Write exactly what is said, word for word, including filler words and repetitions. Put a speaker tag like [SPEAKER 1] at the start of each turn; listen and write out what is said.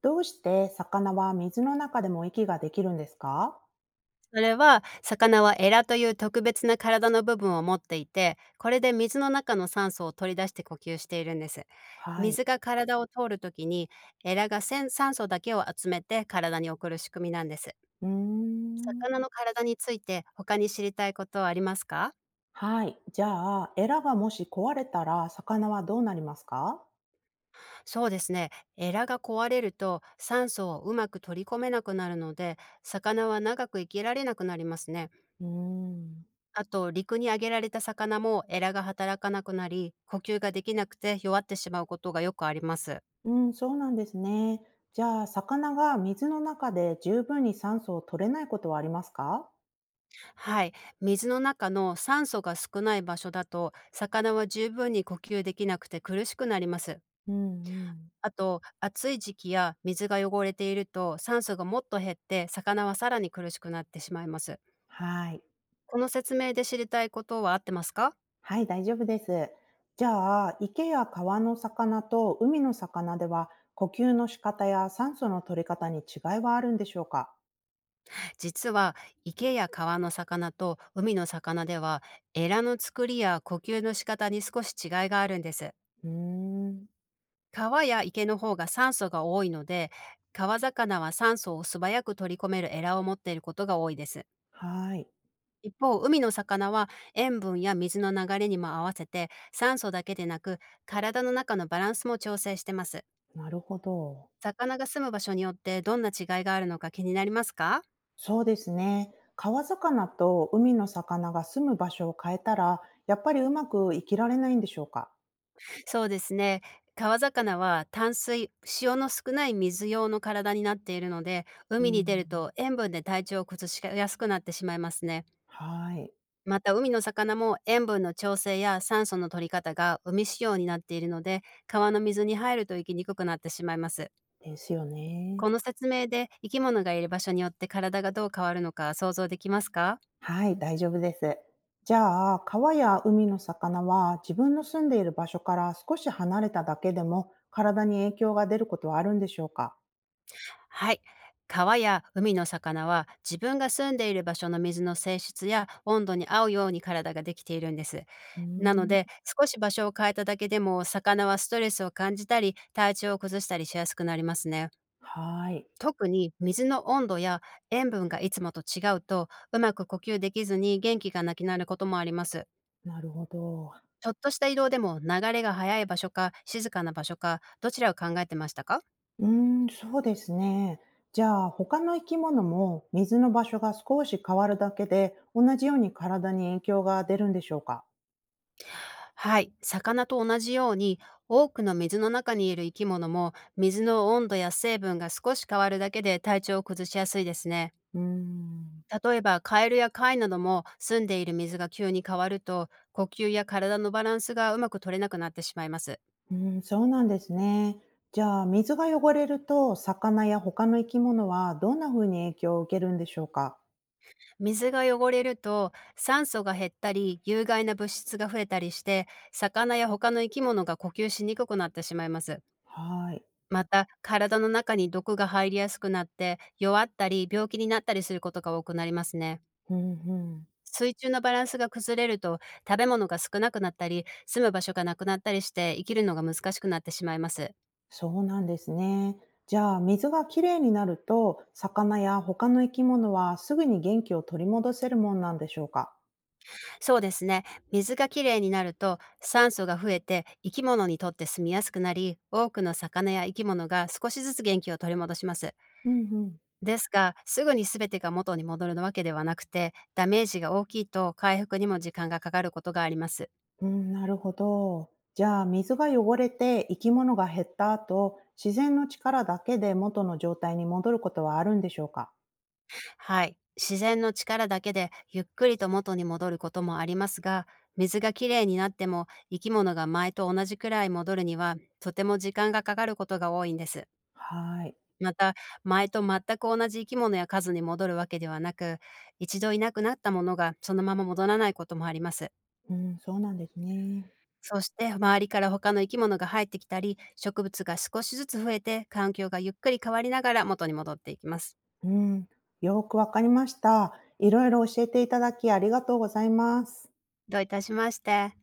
[SPEAKER 1] どうして魚は水の中でも息ができるんですか？
[SPEAKER 2] それは、魚はエラという特別な体の部分を持っていて、これで水の中の酸素を取り出して呼吸しているんです。
[SPEAKER 1] はい。
[SPEAKER 2] 水が体を通るときに、エラがせん酸素だけを集めて体に送る仕組みなんです。
[SPEAKER 1] うーん。
[SPEAKER 2] 魚の体について他に知りたいことはありますか？
[SPEAKER 1] はい。じゃあ、エラがもし壊れたら、魚はどうなりますか？
[SPEAKER 2] そうですね。エラが壊れると酸素をうまく取り込めなくなるので、魚は長く生きられなくなりますね。
[SPEAKER 1] うーん。
[SPEAKER 2] あと、陸に上げられた魚もエラが働かなくなり、呼吸ができなくて弱ってしまうことがよくあります。
[SPEAKER 1] うん、そうなんですね。じゃあ、魚が水の中で十分に酸素を取れないことはありますか？
[SPEAKER 2] はい。水の中の酸素が少ない場所だと、魚は十分に呼吸できなくて苦しくなります。
[SPEAKER 1] うんうん。
[SPEAKER 2] あと、暑い時期や水が汚れていると、酸素がもっと減って、魚はさらに苦しくなってしまいます。
[SPEAKER 1] はい。
[SPEAKER 2] この説明で知りたいことは合ってますか？
[SPEAKER 1] はい、大丈夫です。じゃあ、池や川の魚と海の魚では、呼吸の仕方や酸素の取り方に違いはあるんでしょうか？
[SPEAKER 2] 実は池や川の魚と海の魚では、エラの作りや呼吸の仕方に少し違いがあるんです。
[SPEAKER 1] うーん、
[SPEAKER 2] 川や池の方が酸素が多いので、川魚は酸素を素早く取り込めるエラを持っていることが多いです。
[SPEAKER 1] はい、
[SPEAKER 2] 一方、海の魚は塩分や水の流れにも合わせて、酸素だけでなく体の中のバランスも調整してます。
[SPEAKER 1] なるほど。
[SPEAKER 2] 魚が住む場所によってどんな違いがあるのか気になりますか？
[SPEAKER 1] そうですね。川魚と海の魚が住む場所を変えたら、やっぱりうまく生きられないんでしょうか？
[SPEAKER 2] そうですね。川魚は淡水、塩の少ない水用の体になっているので、
[SPEAKER 1] う
[SPEAKER 2] 海に出る
[SPEAKER 1] ん、
[SPEAKER 2] と塩分で体調を崩しやすくなってしまいますね。
[SPEAKER 1] はい。
[SPEAKER 2] また海の魚も塩分の調整や酸素の取り方が海仕様になっているので、川の水に入ると生きにくくなってしまいます。
[SPEAKER 1] ですよね。
[SPEAKER 2] この説明で生き物がいる場所によって体がどう変わるのか想像できますか？
[SPEAKER 1] はい、大丈夫です。じゃあ、川や海の魚は自分の住んでいる場所から少し離れただけでも体に影響が出ることはあるんでしょうか？
[SPEAKER 2] はい。川や海の魚は自分が住んでいる場所の水の性質や温度に合うように体ができているんです。
[SPEAKER 1] うー
[SPEAKER 2] なの
[SPEAKER 1] ん。
[SPEAKER 2] で、少し場所を変えただけでも魚はストレスを感じたり体調を崩したりしやすくなりますね。
[SPEAKER 1] はい。
[SPEAKER 2] 特に水の温度や塩分がいつもと違うと、うまく呼吸できずに元気がなくなることもあります。
[SPEAKER 1] なるほど。
[SPEAKER 2] ちょっとした移動でも流れが速い場所か静かな場所かどちらを考えてましたか？
[SPEAKER 1] うーん、そうですね。じゃあ、他の生き物も水の場所が少し変わるだけで、同じように体に影響が出るんでしょうか？
[SPEAKER 2] はい、魚と同じように多くの水の中にいる生き物も水の温度や成分が少し変わるだけで体調を崩しやすいですね。
[SPEAKER 1] うーん、
[SPEAKER 2] 例えばカエルや貝なども住んでいる水が急に変わると、呼吸や体のバランスがうまく取れなくなってしまいます。
[SPEAKER 1] うーん、そうなんですね。じゃあ、水が汚れると、魚や他の生き物はどんな風に影響を受けるんでしょうか？
[SPEAKER 2] 水が汚れると酸素が減ったり有害な物質が増えたりして、魚や他の生き物が呼吸しにくくなってしまいます。
[SPEAKER 1] はい。
[SPEAKER 2] また、体の中に毒が入りやすくなって、弱ったり病気になったりすることが多くなりますね。
[SPEAKER 1] うん、うん。
[SPEAKER 2] 水中のバランスが崩れると、食べ物が少なくなったり、住む場所がなくなったりして、生きるのが難しくなってしまいます。
[SPEAKER 1] そうなんですね。じゃあ、水がきれいになると、魚や他の生き物はすぐに元気を取り戻せるもんなんでしょうか？
[SPEAKER 2] そうですね。水がきれいになると、酸素が増えて、生き物にとって住みやすくなり、多くの魚や生き物が少しずつ元気を取り戻します。
[SPEAKER 1] うん、うん。
[SPEAKER 2] ですが、すぐに全てが元に戻るわけではなくて、ダメージが大きいと回復にも時間がかかることがあります。
[SPEAKER 1] うん、なるほど。じゃあ、水が汚れて生き物が減った後、自然の力だけで元の状態に戻ることはあるんでしょうか？
[SPEAKER 2] はい。自然の力だけでゆっくりと元に戻ることもありますが、水がきれいになっても生き物が前と同じくらい戻るにはとても時間がかかることが多いんです。
[SPEAKER 1] はい。
[SPEAKER 2] また、前と全く同じ生き物や数に戻るわけではなく、一度いなくなったものがそのまま戻らないこともあります。
[SPEAKER 1] うん、そうなんですね。
[SPEAKER 2] そして周りから他の生き物が入ってきたり、植物が少しずつ増えて環境がゆっくり変わりながら元に戻っていきます。
[SPEAKER 1] うん、よくわかりました。いろいろ教えていただきありがとうございます。
[SPEAKER 2] どういたしまして。